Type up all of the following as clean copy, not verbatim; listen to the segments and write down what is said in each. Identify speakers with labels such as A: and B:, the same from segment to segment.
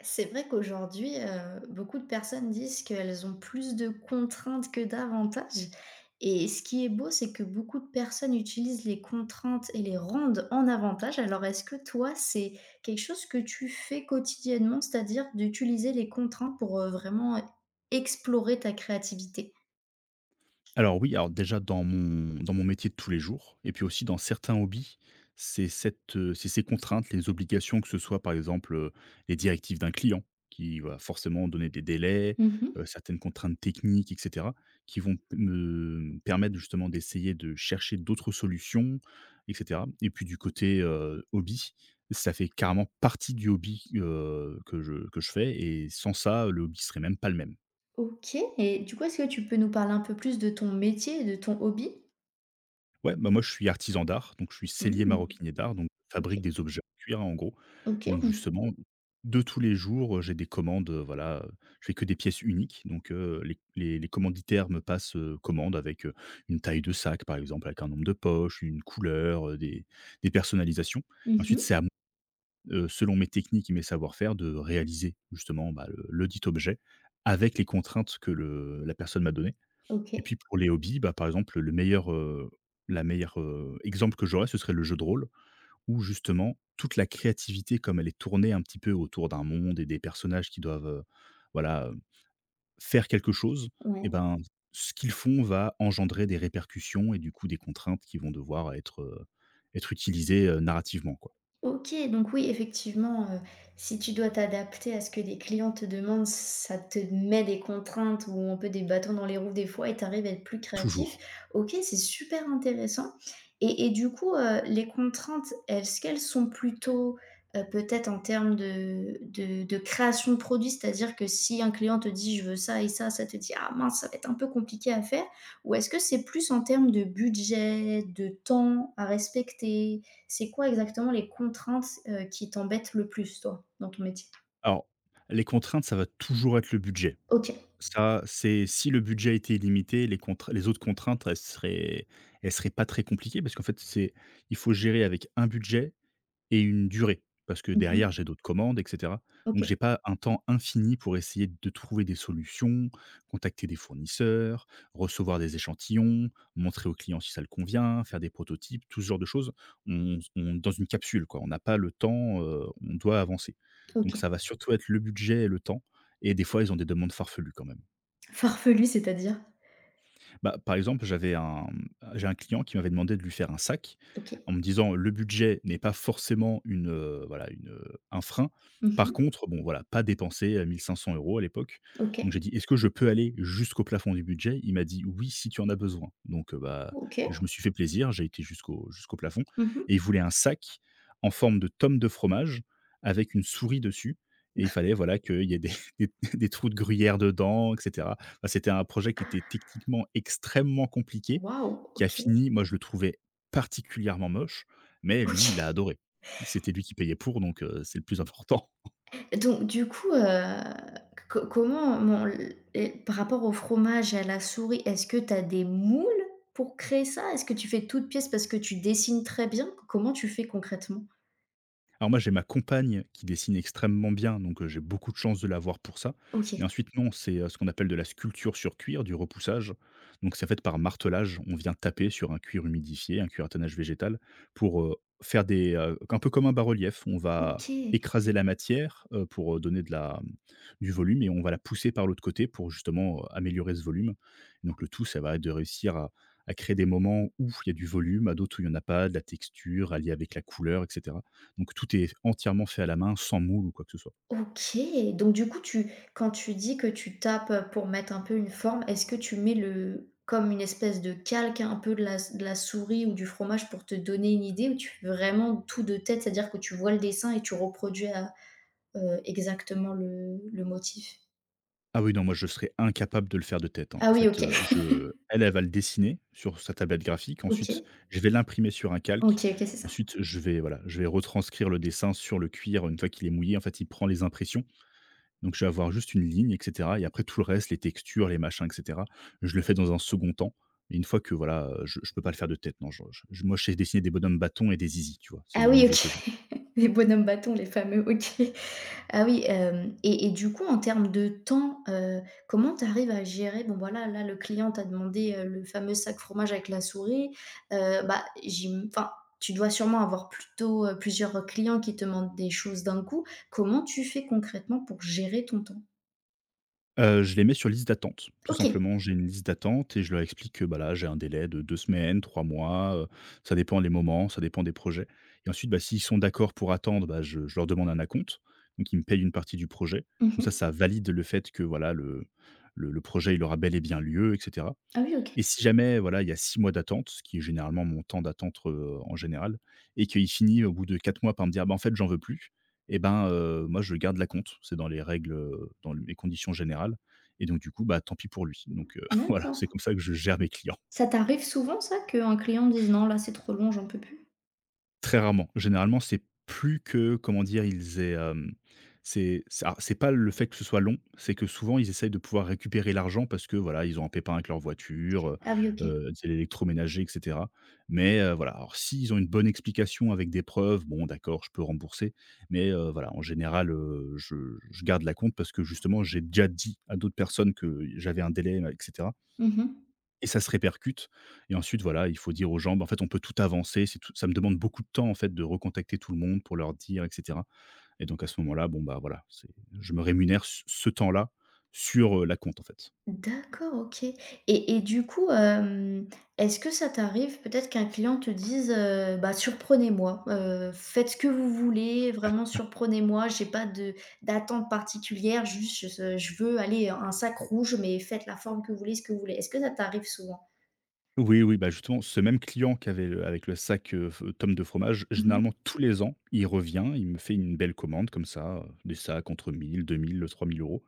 A: C'est vrai qu'aujourd'hui, beaucoup de personnes disent qu'elles ont plus de contraintes que d'avantages, et ce qui est beau, c'est que beaucoup de personnes utilisent les contraintes et les rendent en avantage. Alors est-ce que toi, c'est quelque chose que tu fais quotidiennement, c'est-à-dire d'utiliser les contraintes pour vraiment explorer ta créativité?
B: Alors oui, alors déjà dans mon métier de tous les jours et puis aussi dans certains hobbies, c'est ces contraintes, les obligations, que ce soit par exemple, les directives d'un client qui va forcément donner des délais,
A: Mmh.
B: certaines contraintes techniques et cetera, qui vont me permettre justement d'essayer de chercher d'autres solutions et cetera. Et puis du côté, hobby, ça fait carrément partie du hobby, que je fais, et sans ça, le hobby serait même pas le même.
A: OK, et du coup, est-ce que tu peux nous parler un peu plus de ton métier et de ton hobby?
B: Ouais, bah, moi, je suis artisan d'art, donc je suis sellier
A: Mmh.
B: maroquinier d'art, donc je
A: OK.
B: fabrique des objets en cuir, hein, en gros. Et
A: OK.
B: donc justement, de tous les jours, j'ai des commandes, voilà, je fais que des pièces uniques, donc les commanditaires me passent, commande avec, une taille de sac, par exemple, avec un nombre de poches, une couleur, des personnalisations, et ensuite,
A: Mmh.
B: c'est à moi, selon mes techniques et mes savoir-faire, de réaliser justement, bah, le dit objet avec les contraintes que le la personne m'a données. Et
A: OK.
B: puis pour les hobbies, bah, par exemple, la meilleure, exemple que j'aurais, ce serait le jeu de rôle, où justement toute la créativité comme elle est tournée un petit peu autour d'un monde et des personnages qui doivent, voilà, faire quelque chose, et
A: Ouais.
B: ben, ce qu'ils font va engendrer des répercussions et du coup des contraintes qui vont devoir être, utilisées, narrativement quoi.
A: OK, donc oui, effectivement, si tu dois t'adapter à ce que les clients te demandent, ça te met des contraintes ou un peu des bâtons dans les roues des fois et tu arrives à être plus créatif.
B: Toujours.
A: OK, c'est super intéressant, et du coup, les contraintes, est-ce qu'elles sont plutôt, peut-être en termes de création de produits? C'est-à-dire que si un client te dit: «Je veux ça et ça», ça te dit: «Ah mince, ça va être un peu compliqué à faire» ou est-ce que c'est plus en termes de budget, de temps à respecter? C'est quoi exactement les contraintes, qui t'embêtent le plus, toi, dans ton métier?
B: Alors, les contraintes, ça va toujours être le budget.
A: OK.
B: Ça, c'est, si le budget était illimité, les autres contraintes, elles seraient pas très compliquées, parce qu'en fait, c'est il faut gérer avec un budget et une durée, parce que derrière,
A: Mmh.
B: j'ai d'autres commandes et cetera. Donc
A: OK,
B: j'ai pas un temps infini pour essayer de trouver des solutions, contacter des fournisseurs, recevoir des échantillons, montrer aux clients si ça le convient, faire des prototypes, tout ce genre de choses. On dans une capsule, quoi. On n'a pas le temps, on doit avancer. Donc
A: OK.
B: ça va surtout être le budget et le temps, et des fois, ils ont des demandes farfelues quand même.
A: Farfelu, c'est-à-dire?
B: Bah, par exemple, j'ai un client qui m'avait demandé de lui faire un sac,
A: OK.
B: en me disant : « Le budget n'est pas forcément une, un frein. Par
A: Mmh.
B: contre, bon, voilà, pas dépenser, 1 500 € à l'époque ».
A: OK,
B: Donc j'ai dit : « Est-ce que je peux aller jusqu'au plafond du budget ? » Il m'a dit : « Oui, si tu en as besoin ». Donc, bah,
A: OK.
B: je me suis fait plaisir, j'ai été jusqu'au plafond,
A: Mmh.
B: et il voulait un sac en forme de tome de fromage avec une souris dessus, et il fallait, voilà, qu'il y ait des des trous de gruyère dedans etc. Bah, c'était un projet qui était techniquement extrêmement compliqué,
A: Waouh!
B: qui a
A: OK,
B: fini moi je le trouvais particulièrement moche, mais lui, il a
A: OK.
B: adoré. C'était lui qui payait pour, donc c'est le plus important.
A: Donc du coup, co comment mon l et par rapport au fromage et à la souris, est-ce que tu as des moules pour créer ça? Est-ce que tu fais toutes pièces parce que tu dessines très bien? Comment tu fais concrètement?
B: Alors moi, j'ai ma compagne qui dessine extrêmement bien, donc j'ai beaucoup de chance de l'avoir pour ça.
A: OK.
B: Mais ensuite, non, c'est, ce qu'on appelle de la sculpture sur cuir, du repoussage. Donc c'est fait par martelage. On vient taper sur un cuir humidifié, un cuir à tannage végétal pour, faire des, un peu comme un bas-relief. On va
A: OK.
B: écraser la matière, pour, donner de la du volume, et on va la pousser par l'autre côté pour justement, améliorer ce volume. Donc le tout, ça va être de réussir à créer des moments où il y a du volume, à d'autres où il y en a pas, de la texture, alliée avec la couleur etc. Donc tout est entièrement fait à la main, sans moule ou quoi que ce soit.
A: OK, donc du coup, tu quand tu dis que tu tapes, pour mettre un peu une forme, est-ce que tu mets le comme une espèce de calque un peu de la souris ou du fromage pour te donner une idée ou tu fais vraiment tout de tête? C'est-à-dire que tu vois le dessin et tu reproduis à, exactement le motif?
B: Ah oui, non, moi je serais incapable de le faire de tête, hein.
A: Ah
B: En
A: oui,
B: fait,
A: OK.
B: je elle, elle va le dessiner sur sa tablette graphique, ensuite
A: OK.
B: je vais l'imprimer sur un calque,
A: OK, OK, c'est ça.
B: ensuite je vais, voilà, je vais retranscrire le dessin sur le cuir une fois qu'il est mouillé. En fait, il prend les impressions, donc je vais avoir juste une ligne et cetera, et après tout le reste, les textures, les machins et cetera, je le fais dans un second temps. Et une fois que voilà, je peux pas le faire de tête, non, je sais dessiner des bonhommes bâtons et des zizis, tu vois? C'est
A: Ah
B: le
A: oui,
B: niveau que j'ai.
A: OK. Les bonhommes bâtons, les fameux, OK. Ah oui. hem Et du coup, en termes de temps, comment tu arrives à gérer? Bon, voilà, là, le client t'a demandé, le fameux sac fromage avec la souris, bah, j'im enfin, tu dois sûrement avoir plutôt, plusieurs clients qui te demandent des choses d'un coup. Comment tu fais concrètement pour gérer ton temps?
B: Je les mets sur liste d'attente. Tout
A: OK.
B: simplement, j'ai une liste d'attente et je leur explique que, bah, là, j'ai un délai de 2 semaines, 3 mois, ça dépend les moments, ça dépend des projets, et ensuite, bah, s'ils sont d'accord pour attendre, bah, je leur demande un acompte, donc ils me payent une partie du projet. Comme ça,
A: Mmh.
B: ça valide le fait que, voilà, le projet, il aura bel et bien lieu etc.
A: Ah oui, OK.
B: Et si jamais, voilà, il y a 6 mois d'attente, ce qui est généralement mon temps d'attente, en général, et qu'il finit au bout de 4 mois par me dire : « Bah, en fait, j'en veux plus », et ben, moi, je garde l'acompte. C'est dans les règles, dans les conditions générales, et donc du coup, bah, tant pis pour lui. Donc voilà,
A: D'accord.
B: c'est comme ça que je gère mes clients.
A: Ça t'arrive souvent ça, qu'un client dise: «Non, là, c'est trop long, j'en peux plus»?
B: Très rarement. Généralement, c'est plus que, comment dire? C'est alors c'est pas le fait que ce soit long, c'est que souvent ils essayent de pouvoir récupérer l'argent parce que, voilà, ils ont un pépin avec leur voiture,
A: Ah oui, OK.
B: c'est l'électroménager et cetera. Mais, voilà, alors s'ils ont une bonne explication avec des preuves, bon d'accord, je peux rembourser. Mais, voilà, en général, je garde la compte, parce que justement j'ai déjà dit à d'autres personnes que j'avais un délai, etc.
A: Mmh.
B: Et ça se répercute, et ensuite voilà, il faut dire aux gens : « Bah, en fait, on peut tout avancer ». C'est, tout ça me demande beaucoup de temps, en fait, de recontacter tout le monde pour leur dire et cetera, et donc à ce moment-là, bon, bah, voilà, c'est, je me rémunère ce temps-là sur, la compte, en fait.
A: D'accord, OK, et du coup, est-ce que ça t'arrive peut-être qu'un client te dise: «Bah, surprenez-moi, faites ce que vous voulez, vraiment surprenez-moi, j'ai pas de d'attente particulière, juste je veux aller un sac rouge, mais faites la forme que vous voulez, ce que vous voulez». Est-ce que ça t'arrive souvent?
B: Oui, oui, bah, justement, ce même client qui avait le avec le sac, f tonnes de fromage,
A: Mmh.
B: généralement tous les ans, il revient, il me fait une belle commande comme ça, des sacs entre 1 000, 2 000, trois mille euros.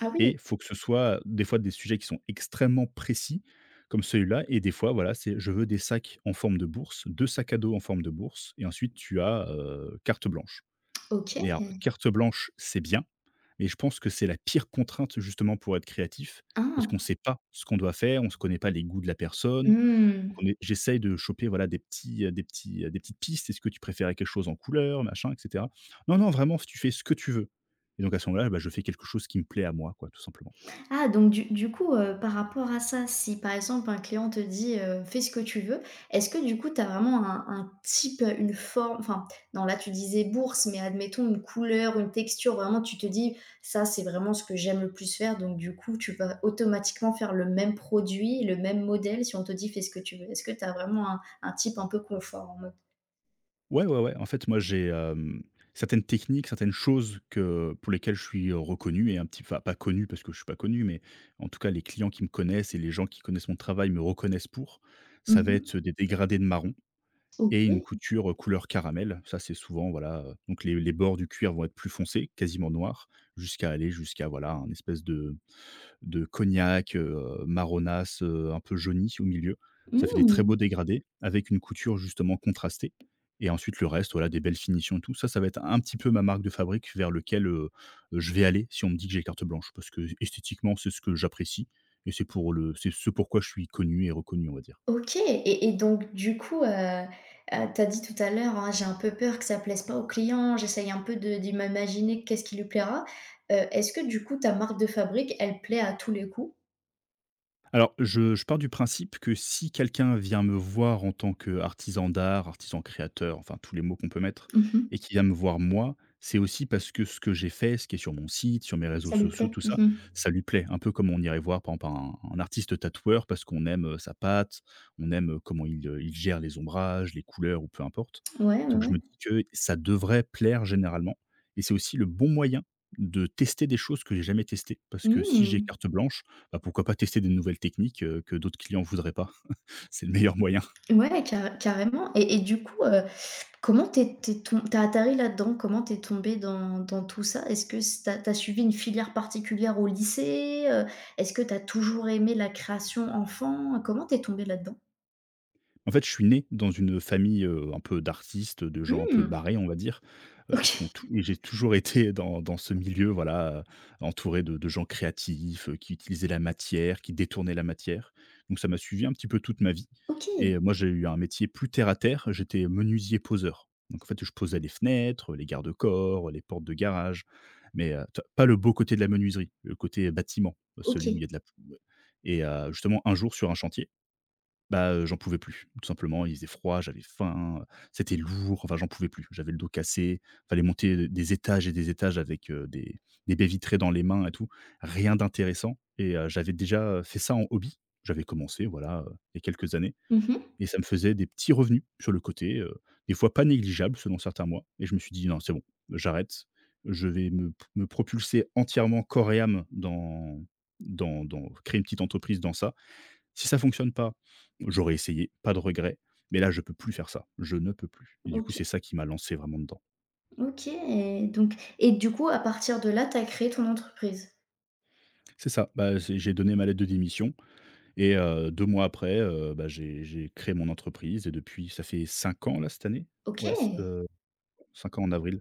A: Ah oui.
B: Et faut que ce soit des fois des sujets qui sont extrêmement précis, comme celui-là, et des fois, voilà, c'est : « Je veux des sacs en forme de bourse, 2 sacs à dos en forme de bourse », et ensuite tu as, carte blanche. Et alors
A: OK.
B: carte blanche, c'est bien, mais je pense que c'est la pire contrainte justement pour être créatif, parce qu'on ne
A: Ah!
B: sait pas ce qu'on doit faire, on se connaît pas les goûts de la personne.
A: Mmh.
B: Donc on est, j'essaye de choper, voilà, des petites pistes. Est-ce que tu préférais quelque chose en couleur, machin, et cetera? Non, non, vraiment, tu fais ce que tu veux. Et donc à ce moment-là, bah, je fais quelque chose qui me plaît à moi, quoi, tout simplement.
A: Ah donc du coup, par rapport à ça, si par exemple un client te dit: «Fais ce que tu veux», est-ce que du coup tu as vraiment un type, une forme, enfin non là tu disais bourse, mais admettons une couleur, une texture, vraiment tu te dis: «Ça c'est vraiment ce que j'aime le plus faire», donc du coup tu vas automatiquement faire le même produit, le même modèle si on te dit: «Fais ce que tu veux». Est-ce que tu as vraiment un type un peu confort en mode?
B: Ouais, ouais, ouais. En fait, moi, j'ai, certaines techniques, certaines choses que pour lesquelles je suis, reconnu, et un petit, enfin, pas connu parce que je suis pas connu, mais en tout cas, les clients qui me connaissent et les gens qui connaissent mon travail me reconnaissent pour. Ça va
A: Mmh.
B: être des dégradés de marron et une
A: OK.
B: couture, couleur caramel. Ça, c'est souvent, voilà, donc les bords du cuir vont être plus foncés, quasiment noirs, jusqu'à aller jusqu'à, voilà, un espèce de cognac, marronasse, un peu jaunie au milieu. Ça fait des très beaux
A: Mmh!
B: dégradés avec une couture justement contrastée, et ensuite le reste, voilà, des belles finitions et tout. Ça va être un petit peu ma marque de fabrique vers lequel, je vais aller si on me dit que j'ai carte blanche, parce que esthétiquement c'est ce que j'apprécie, et c'est ce pourquoi je suis connu et reconnu, on va dire.
A: OK, et donc du coup, tu as dit tout à l'heure, hein: «J'ai un peu peur que ça plaise pas au client, j'essaye un peu de m'imaginer qu'est-ce qui lui plaira». Est-ce que du coup ta marque de fabrique, elle plaît à tous les coups?
B: Alors, je pars du principe que si quelqu'un vient me voir en tant qu'artisan d'art, artisan créateur, enfin tous les mots qu'on peut mettre, et
A: Mmh.
B: qui vient me voir moi, c'est aussi parce que ce que j'ai fait, ce qui est sur mon site, sur mes réseaux
A: Ça lui
B: sociaux,
A: plaît?
B: tout ça,
A: Mmh.
B: ça lui plaît. Un peu comme on irait voir par exemple un artiste tatoueur parce qu'on aime sa patte, on aime comment il gère les ombrages, les couleurs ou peu importe.
A: Ouais, ouais,
B: Donc je
A: ouais.
B: me dis que ça devrait plaire généralement. Et c'est aussi le bon moyen de tester des choses que j'ai jamais testées. Parce que si j'ai
A: Mmh.
B: carte blanche, bah, pourquoi pas tester des nouvelles techniques, que d'autres clients voudraient pas? C'est le meilleur moyen.
A: Ouais, carrément, et du coup, comment t'es t'es tu tom tu atterri là-dedans? Comment t'es es tombée dans tout ça? Est-ce que s tu as suivi une filière particulière au lycée? Est-ce que t'as toujours aimé la création enfant? Comment t'es es tombée là-dedans?
B: En fait, je suis né dans une famille, un peu d'artistes, de gens un peu
A: Mmh.
B: barrés, on va dire,
A: OK.
B: qui ont tou et j'ai toujours été dans ce milieu, voilà, entouré de gens créatifs, qui utilisaient la matière, qui détournaient la matière. Donc ça m'a suivi un petit peu toute ma vie et
A: OK.
B: moi, j'ai eu un métier plus terre à terre, j'étais menuisier poseur. Donc en fait, je posais les fenêtres, les garde-corps, les portes de garage, mais tu pas le beau côté de la menuiserie, le côté bâtiment, celui où il
A: OK.
B: y a de la. Et justement un jour sur un chantier, bah, j'en pouvais plus, tout simplement. Il faisait froid, j'avais faim, c'était lourd, enfin j'en pouvais plus. J'avais le dos cassé, fallait monter des étages et des étages avec, des baies vitrées dans les mains et tout. Rien d'intéressant et j'avais déjà, fait ça en hobby. J'avais commencé voilà, il y a quelques années
A: Mmh mh.
B: et ça me faisait des petits revenus sur le côté, des fois pas négligeables selon certains mois, et je me suis dit: «Non, c'est bon, j'arrête. Je vais me propulser entièrement corps et âme dans dans créer une petite entreprise dans ça. Si ça fonctionne pas, j'aurais essayé, pas de regret. Mais là, je peux plus faire ça. Je ne peux plus.» Et du coup,
A: OK.
B: c'est ça qui m'a lancé vraiment dedans.
A: OK, donc et du coup, à partir de là, tu as créé ton entreprise?
B: C'est ça. Bah, c'est j'ai donné ma lettre de démission et 2 mois après, bah, j'ai créé mon entreprise et depuis ça fait 5 ans là, cette année? Ouais, c
A: OK,
B: 5 ans en avril,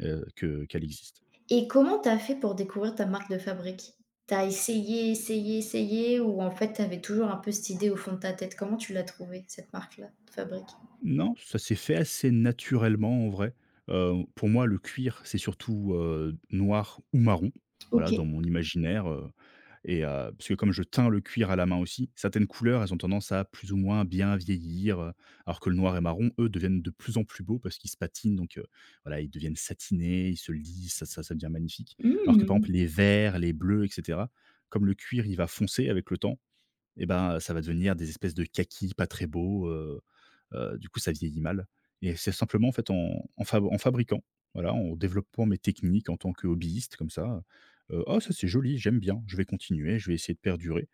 B: que qu'elle existe.
A: et comment tu as fait pour découvrir ta marque de fabrique? Tu as essayé, essayé, essayé ou en fait, tu avais toujours un peu cette idée au fond de ta tête? Comment tu l'as trouvée, cette marque-là de fabrique?
B: Non, ça s'est fait assez naturellement en vrai. Pour moi, le cuir, c'est surtout, noir ou marron. Voilà, dans
A: OK.
B: mon imaginaire. Et puisque comme je teins le cuir à la main aussi, certaines couleurs, elles ont tendance à plus ou moins bien vieillir, alors que le noir et marron, eux, deviennent de plus en plus beaux parce qu'ils se patinent, donc voilà, ils deviennent satinés, ils se lissent, ça devient magnifique. Alors que par
A: Mmh.
B: exemple les verts, les bleus et cetera, comme le cuir, il va foncer avec le temps et ben, ça va devenir des espèces de kakis pas très beaux, euh, du coup, ça vieillit mal et c'est simplement, en fait, en fabriquant, voilà, en développant mes techniques en tant que hobbyiste comme ça, «Oh ça c'est joli, j'aime bien, je vais continuer, je vais essayer de perdurer»,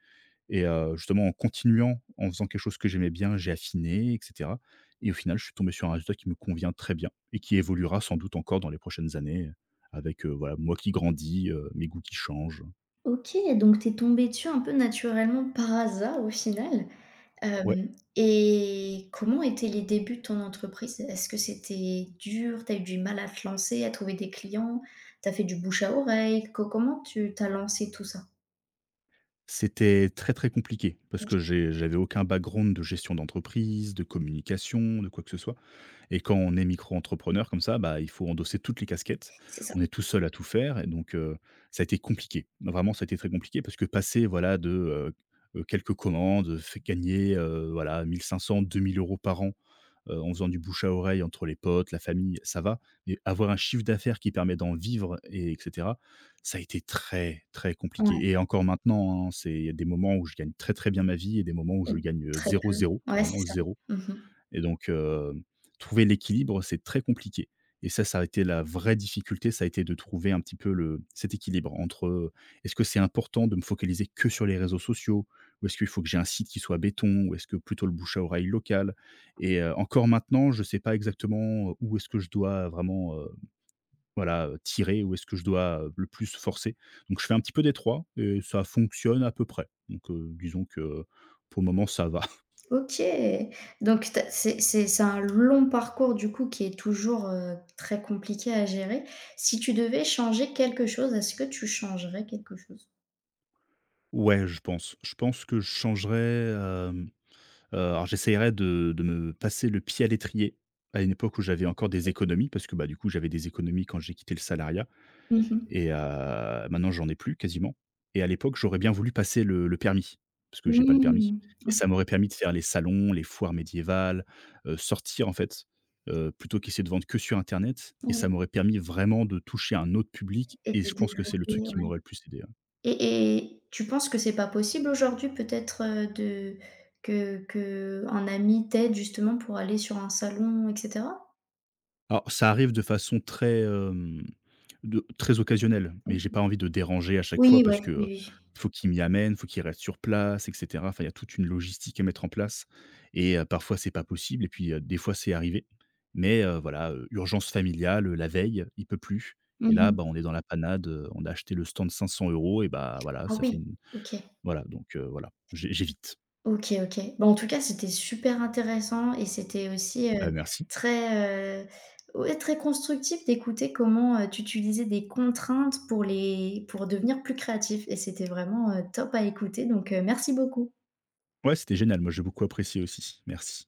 B: et justement en continuant, en faisant quelque chose que j'aimais bien, j'ai affiné et cetera, et au final, je suis tombé sur un résultat qui me convient très bien et qui évoluera sans doute encore dans les prochaines années, avec, voilà, moi qui grandis, mes goûts qui changent.
A: OK, donc t'es es tombée dessus un peu naturellement par hasard au final.
B: Ouais,
A: Hem Et comment étaient les débuts de ton entreprise? Est-ce que c'était dur? T'as eu du mal à te lancer, à trouver des clients? T'as fait du bouche à oreille? Co comment tu t'as lancé tout ça?
B: c'était très, très compliqué parce
A: OK,
B: que j'avais aucun background de gestion d'entreprise, de communication, de quoi que ce soit. Et quand on est micro-entrepreneur comme ça, bah, il faut endosser toutes les casquettes.
A: c'est ça.
B: On est tout seul à tout faire, et donc ça a été compliqué. Vraiment, ça a été très compliqué parce que passer, voilà, de, quelques commandes, fait gagner, voilà, 1 500-2 000 € par an, en faisant du bouche à oreille entre les potes, la famille, ça va. Mais avoir un chiffre d'affaires qui permet d'en vivre et etc., ça a été très, très
A: Ouais,
B: compliqué, et encore maintenant, hein, c'est il y a des moments où je gagne très, très bien ma vie et des moments où
A: mmh,
B: je gagne,
A: très
B: zéro
A: peu.
B: zéro,
A: Ouais, c'est
B: vraiment
A: ça.
B: 0.
A: Mmh.
B: Et donc, trouver l'équilibre, c'est très compliqué. Et ça a été la vraie difficulté, ça a été de trouver un petit peu le cet équilibre entre, est-ce que c'est important de me focaliser que sur les réseaux sociaux? Ou est-ce qu'il faut que j'ai un site qui soit béton? Ou est-ce que plutôt le bouche à oreille local? Et encore maintenant, je ne sais pas exactement où est-ce que je dois vraiment, voilà, tirer, où est-ce que je dois, le plus forcer. Donc je fais un petit peu des 3 et ça fonctionne à peu près. Donc, disons que, pour le moment, ça va.
A: OK, donc tu c'est un long parcours du coup qui est toujours, très compliqué à gérer. Si tu devais changer quelque chose, est-ce que tu changerais quelque chose?
B: Ouais, je pense. Je pense que je changerais, hem, alors j'essayerais de me passer le pied à l'étrier, à une époque où j'avais encore des économies parce que, bah, du coup, j'avais des économies quand j'ai quitté le salariat,
A: Mmh mh.
B: et maintenant j'en ai plus quasiment, et à l'époque, j'aurais bien voulu passer le permis parce que j'ai pas le permis,
A: Mmh.
B: et
A: OK,
B: ça m'aurait permis de faire les salons, les foires médiévales, sortir en fait, plutôt qu'essayer de vendre que sur internet, et
A: ouais.
B: ça m'aurait permis vraiment de toucher un autre public,
A: Et
B: et
A: de
B: je pense que c'est le truc
A: développer,
B: qui
A: ouais.
B: m'aurait le plus aidé, ouais.
A: Et tu penses que c'est pas possible aujourd'hui peut-être, de que qu'un ami t'aide justement pour aller sur un salon et cetera?
B: Alors, ça arrive de façon de très occasionnelle, mais j'ai
A: OK.
B: pas envie de déranger à chaque
A: Oui,
B: fois
A: ouais,
B: parce que,
A: oui, oui.
B: faut qu'il m'y amène, faut qu'il reste sur place et cetera. Enfin, il y a toute une logistique à mettre en place, et parfois c'est pas possible, et puis, des fois c'est arrivé, mais, voilà, urgence familiale, la veille, il peut plus,
A: Mmh
B: et là,
A: mh.
B: bah, on est dans la panade, on a acheté le stand 500 €, et bah, voilà,
A: Ah
B: ça fait
A: oui,
B: une
A: OK.
B: voilà, donc, voilà, j'évite.
A: OK, OK. Bah, en tout cas, c'était super intéressant et c'était aussi,
B: Bah, merci.
A: très, ouais, très constructif d'écouter comment, tu utilisais des contraintes pour les pour devenir plus créatif et c'était vraiment, top à écouter, donc, merci beaucoup.
B: Ouais, c'était génial, moi j'ai beaucoup apprécié aussi. Merci.